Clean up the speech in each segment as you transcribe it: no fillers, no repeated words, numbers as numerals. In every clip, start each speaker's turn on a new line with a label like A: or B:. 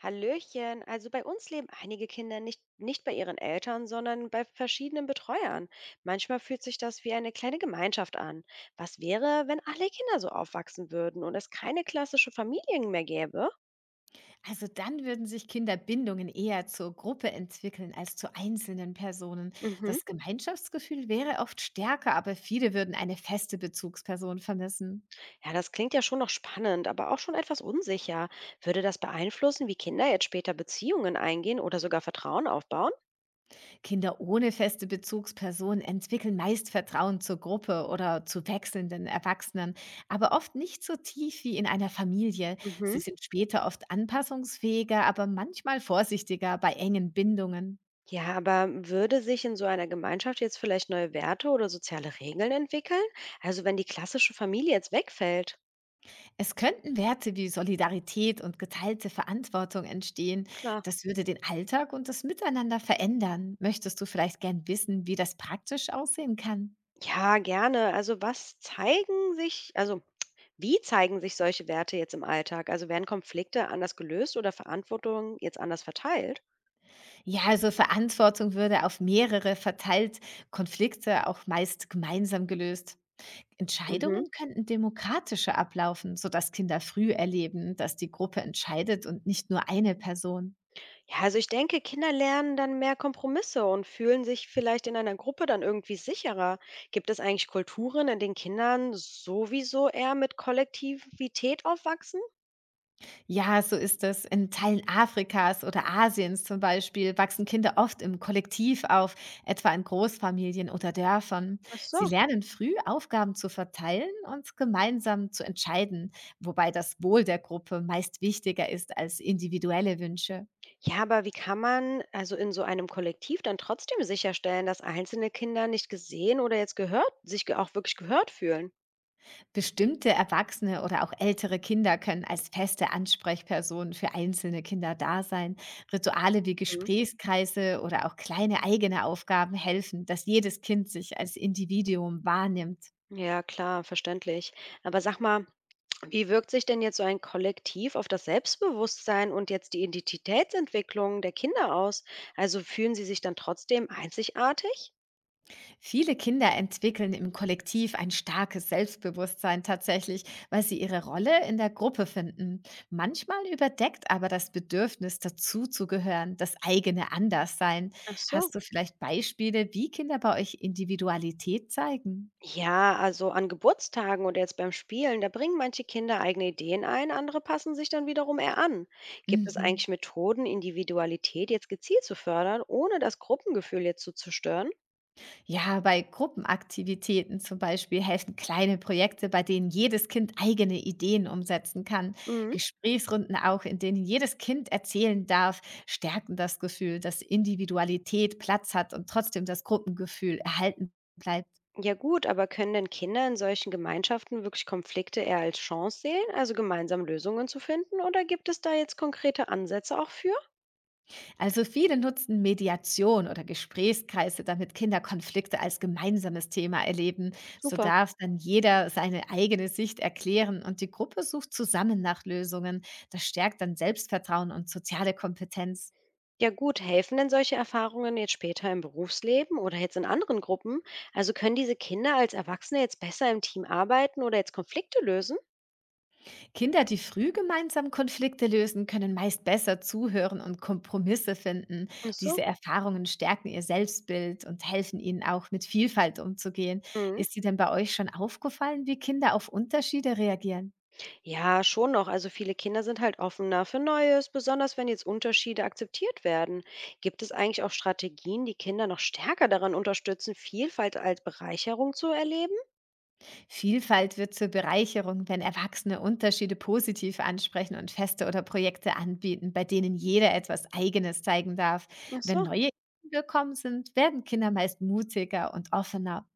A: Hallöchen. Also bei uns leben einige Kinder nicht bei ihren Eltern, sondern bei verschiedenen Betreuern. Manchmal fühlt sich das wie eine kleine Gemeinschaft an. Was wäre, wenn alle Kinder so aufwachsen würden und es keine klassische Familien mehr gäbe?
B: Also dann würden sich Kinderbindungen eher zur Gruppe entwickeln als zu einzelnen Personen.
A: Mhm.
B: Das Gemeinschaftsgefühl wäre oft stärker, aber viele würden eine feste Bezugsperson vermissen.
A: Ja, das klingt ja schon noch spannend, aber auch schon etwas unsicher. Würde das beeinflussen, wie Kinder jetzt später Beziehungen eingehen oder sogar Vertrauen aufbauen?
B: Kinder ohne feste Bezugsperson entwickeln meist Vertrauen zur Gruppe oder zu wechselnden Erwachsenen, aber oft nicht so tief wie in einer Familie. Sie
A: Mhm.
B: sind später oft anpassungsfähiger, aber manchmal vorsichtiger bei engen Bindungen.
A: Ja, aber würde sich in so einer Gemeinschaft jetzt vielleicht neue Werte oder soziale Regeln entwickeln? Also wenn die klassische Familie jetzt wegfällt?
B: Es könnten Werte wie Solidarität und geteilte Verantwortung entstehen.
A: Klar.
B: Das würde den Alltag und das Miteinander verändern. Möchtest du vielleicht gern wissen, wie das praktisch aussehen kann?
A: Ja, gerne. Also wie zeigen sich solche Werte jetzt im Alltag? Also werden Konflikte anders gelöst oder Verantwortung jetzt anders verteilt?
B: Ja, also Verantwortung würde auf mehrere verteilt, Konflikte auch meist gemeinsam gelöst.
A: Mhm.
B: Entscheidungen könnten demokratischer ablaufen, sodass Kinder früh erleben, dass die Gruppe entscheidet und nicht nur eine Person.
A: Ja, also ich denke, Kinder lernen dann mehr Kompromisse und fühlen sich vielleicht in einer Gruppe dann irgendwie sicherer. Gibt es eigentlich Kulturen, in denen Kindern sowieso eher mit Kollektivität aufwachsen?
B: Ja, so ist es. In Teilen Afrikas oder Asiens zum Beispiel wachsen Kinder oft im Kollektiv auf, etwa in Großfamilien oder Dörfern.
A: Ach
B: Sie
A: so.
B: lernen früh, Aufgaben zu verteilen und gemeinsam zu entscheiden, wobei das Wohl der Gruppe meist wichtiger ist als individuelle Wünsche.
A: Ja, aber wie kann man also in so einem Kollektiv dann trotzdem sicherstellen, dass einzelne Kinder nicht gesehen oder jetzt gehört, sich auch wirklich gehört fühlen?
B: Bestimmte Erwachsene oder auch ältere Kinder können als feste Ansprechpersonen für einzelne Kinder da sein. Rituale wie
A: Mhm.
B: Gesprächskreise oder auch kleine eigene Aufgaben helfen, dass jedes Kind sich als Individuum wahrnimmt.
A: Ja, klar, verständlich. Aber sag mal, wie wirkt sich denn jetzt so ein Kollektiv auf das Selbstbewusstsein und jetzt die Identitätsentwicklung der Kinder aus? Also fühlen sie sich dann trotzdem einzigartig?
B: Viele Kinder entwickeln im Kollektiv ein starkes Selbstbewusstsein tatsächlich, weil sie ihre Rolle in der Gruppe finden. Manchmal überdeckt aber das Bedürfnis dazuzugehören, das eigene Anderssein.
A: Ach so.
B: Hast du vielleicht Beispiele, wie Kinder bei euch Individualität zeigen?
A: Ja, also an Geburtstagen oder jetzt beim Spielen, da bringen manche Kinder eigene Ideen ein, andere passen sich dann wiederum eher an. Gibt es
B: Mhm.
A: eigentlich Methoden, Individualität jetzt gezielt zu fördern, ohne das Gruppengefühl jetzt zu zerstören?
B: Ja, bei Gruppenaktivitäten zum Beispiel helfen kleine Projekte, bei denen jedes Kind eigene Ideen umsetzen kann.
A: Mhm.
B: Gesprächsrunden auch, in denen jedes Kind erzählen darf, stärken das Gefühl, dass Individualität Platz hat und trotzdem das Gruppengefühl erhalten bleibt.
A: Ja gut, aber können denn Kinder in solchen Gemeinschaften wirklich Konflikte eher als Chance sehen, also gemeinsam Lösungen zu finden? Oder gibt es da jetzt konkrete Ansätze auch für?
B: Also viele nutzen Mediation oder Gesprächskreise, damit Kinder Konflikte als gemeinsames Thema erleben. So
A: Super.
B: darf dann jeder seine eigene Sicht erklären und die Gruppe sucht zusammen nach Lösungen. Das stärkt dann Selbstvertrauen und soziale Kompetenz.
A: Ja gut, helfen denn solche Erfahrungen jetzt später im Berufsleben oder jetzt in anderen Gruppen? Also können diese Kinder als Erwachsene jetzt besser im Team arbeiten oder jetzt Konflikte lösen?
B: Kinder, die früh gemeinsam Konflikte lösen, können meist besser zuhören und Kompromisse finden.
A: Ach so.
B: Diese Erfahrungen stärken ihr Selbstbild und helfen ihnen auch, mit Vielfalt umzugehen.
A: Mhm.
B: Ist dir denn bei euch schon aufgefallen, wie Kinder auf Unterschiede reagieren?
A: Ja, schon noch. Also viele Kinder sind halt offener für Neues, besonders wenn jetzt Unterschiede akzeptiert werden. Gibt es eigentlich auch Strategien, die Kinder noch stärker daran unterstützen, Vielfalt als Bereicherung zu erleben?
B: Vielfalt wird zur Bereicherung, wenn Erwachsene Unterschiede positiv ansprechen und Feste oder Projekte anbieten, bei denen jeder etwas Eigenes zeigen darf.
A: Ach
B: Wenn
A: so.
B: neue Ideen willkommen sind, werden Kinder meist mutiger und offener.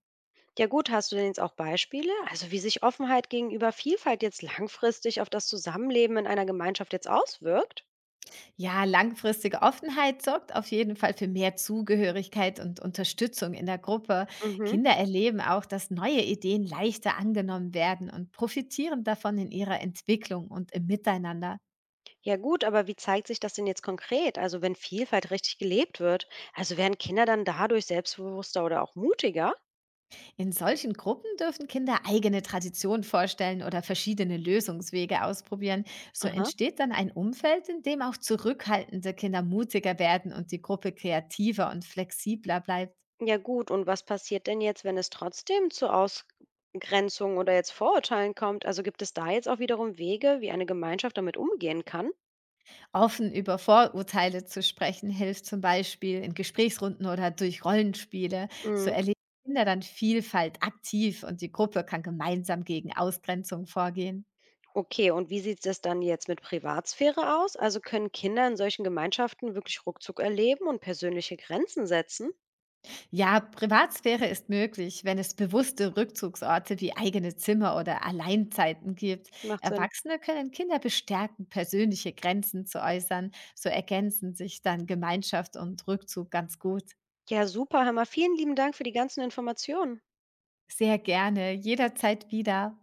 A: Ja gut, hast du denn jetzt auch Beispiele? Also wie sich Offenheit gegenüber Vielfalt jetzt langfristig auf das Zusammenleben in einer Gemeinschaft jetzt auswirkt?
B: Ja, langfristige Offenheit sorgt auf jeden Fall für mehr Zugehörigkeit und Unterstützung in der Gruppe.
A: Mhm.
B: Kinder erleben auch, dass neue Ideen leichter angenommen werden und profitieren davon in ihrer Entwicklung und im Miteinander.
A: Ja gut, aber wie zeigt sich das denn jetzt konkret? Also wenn Vielfalt richtig gelebt wird, also werden Kinder dann dadurch selbstbewusster oder auch mutiger?
B: In solchen Gruppen dürfen Kinder eigene Traditionen vorstellen oder verschiedene Lösungswege ausprobieren. So
A: Aha.
B: entsteht dann ein Umfeld, in dem auch zurückhaltende Kinder mutiger werden und die Gruppe kreativer und flexibler bleibt.
A: Ja gut, und was passiert denn jetzt, wenn es trotzdem zu Ausgrenzungen oder jetzt Vorurteilen kommt? Also gibt es da jetzt auch wiederum Wege, wie eine Gemeinschaft damit umgehen kann?
B: Offen über Vorurteile zu sprechen hilft zum Beispiel in Gesprächsrunden oder durch Rollenspiele. So
A: Mhm.
B: erleben Kinder dann Vielfalt aktiv und die Gruppe kann gemeinsam gegen Ausgrenzung vorgehen.
A: Okay, und wie sieht es dann jetzt mit Privatsphäre aus? Also können Kinder in solchen Gemeinschaften wirklich Ruckzuck erleben und persönliche Grenzen setzen?
B: Ja, Privatsphäre ist möglich, wenn es bewusste Rückzugsorte wie eigene Zimmer oder Alleinzeiten gibt.
A: Macht Sinn.
B: Erwachsene können Kinder bestärken, persönliche Grenzen zu äußern. So ergänzen sich dann Gemeinschaft und Rückzug ganz gut.
A: Ja, super, Hammer. Vielen lieben Dank für die ganzen Informationen.
B: Sehr gerne, jederzeit wieder.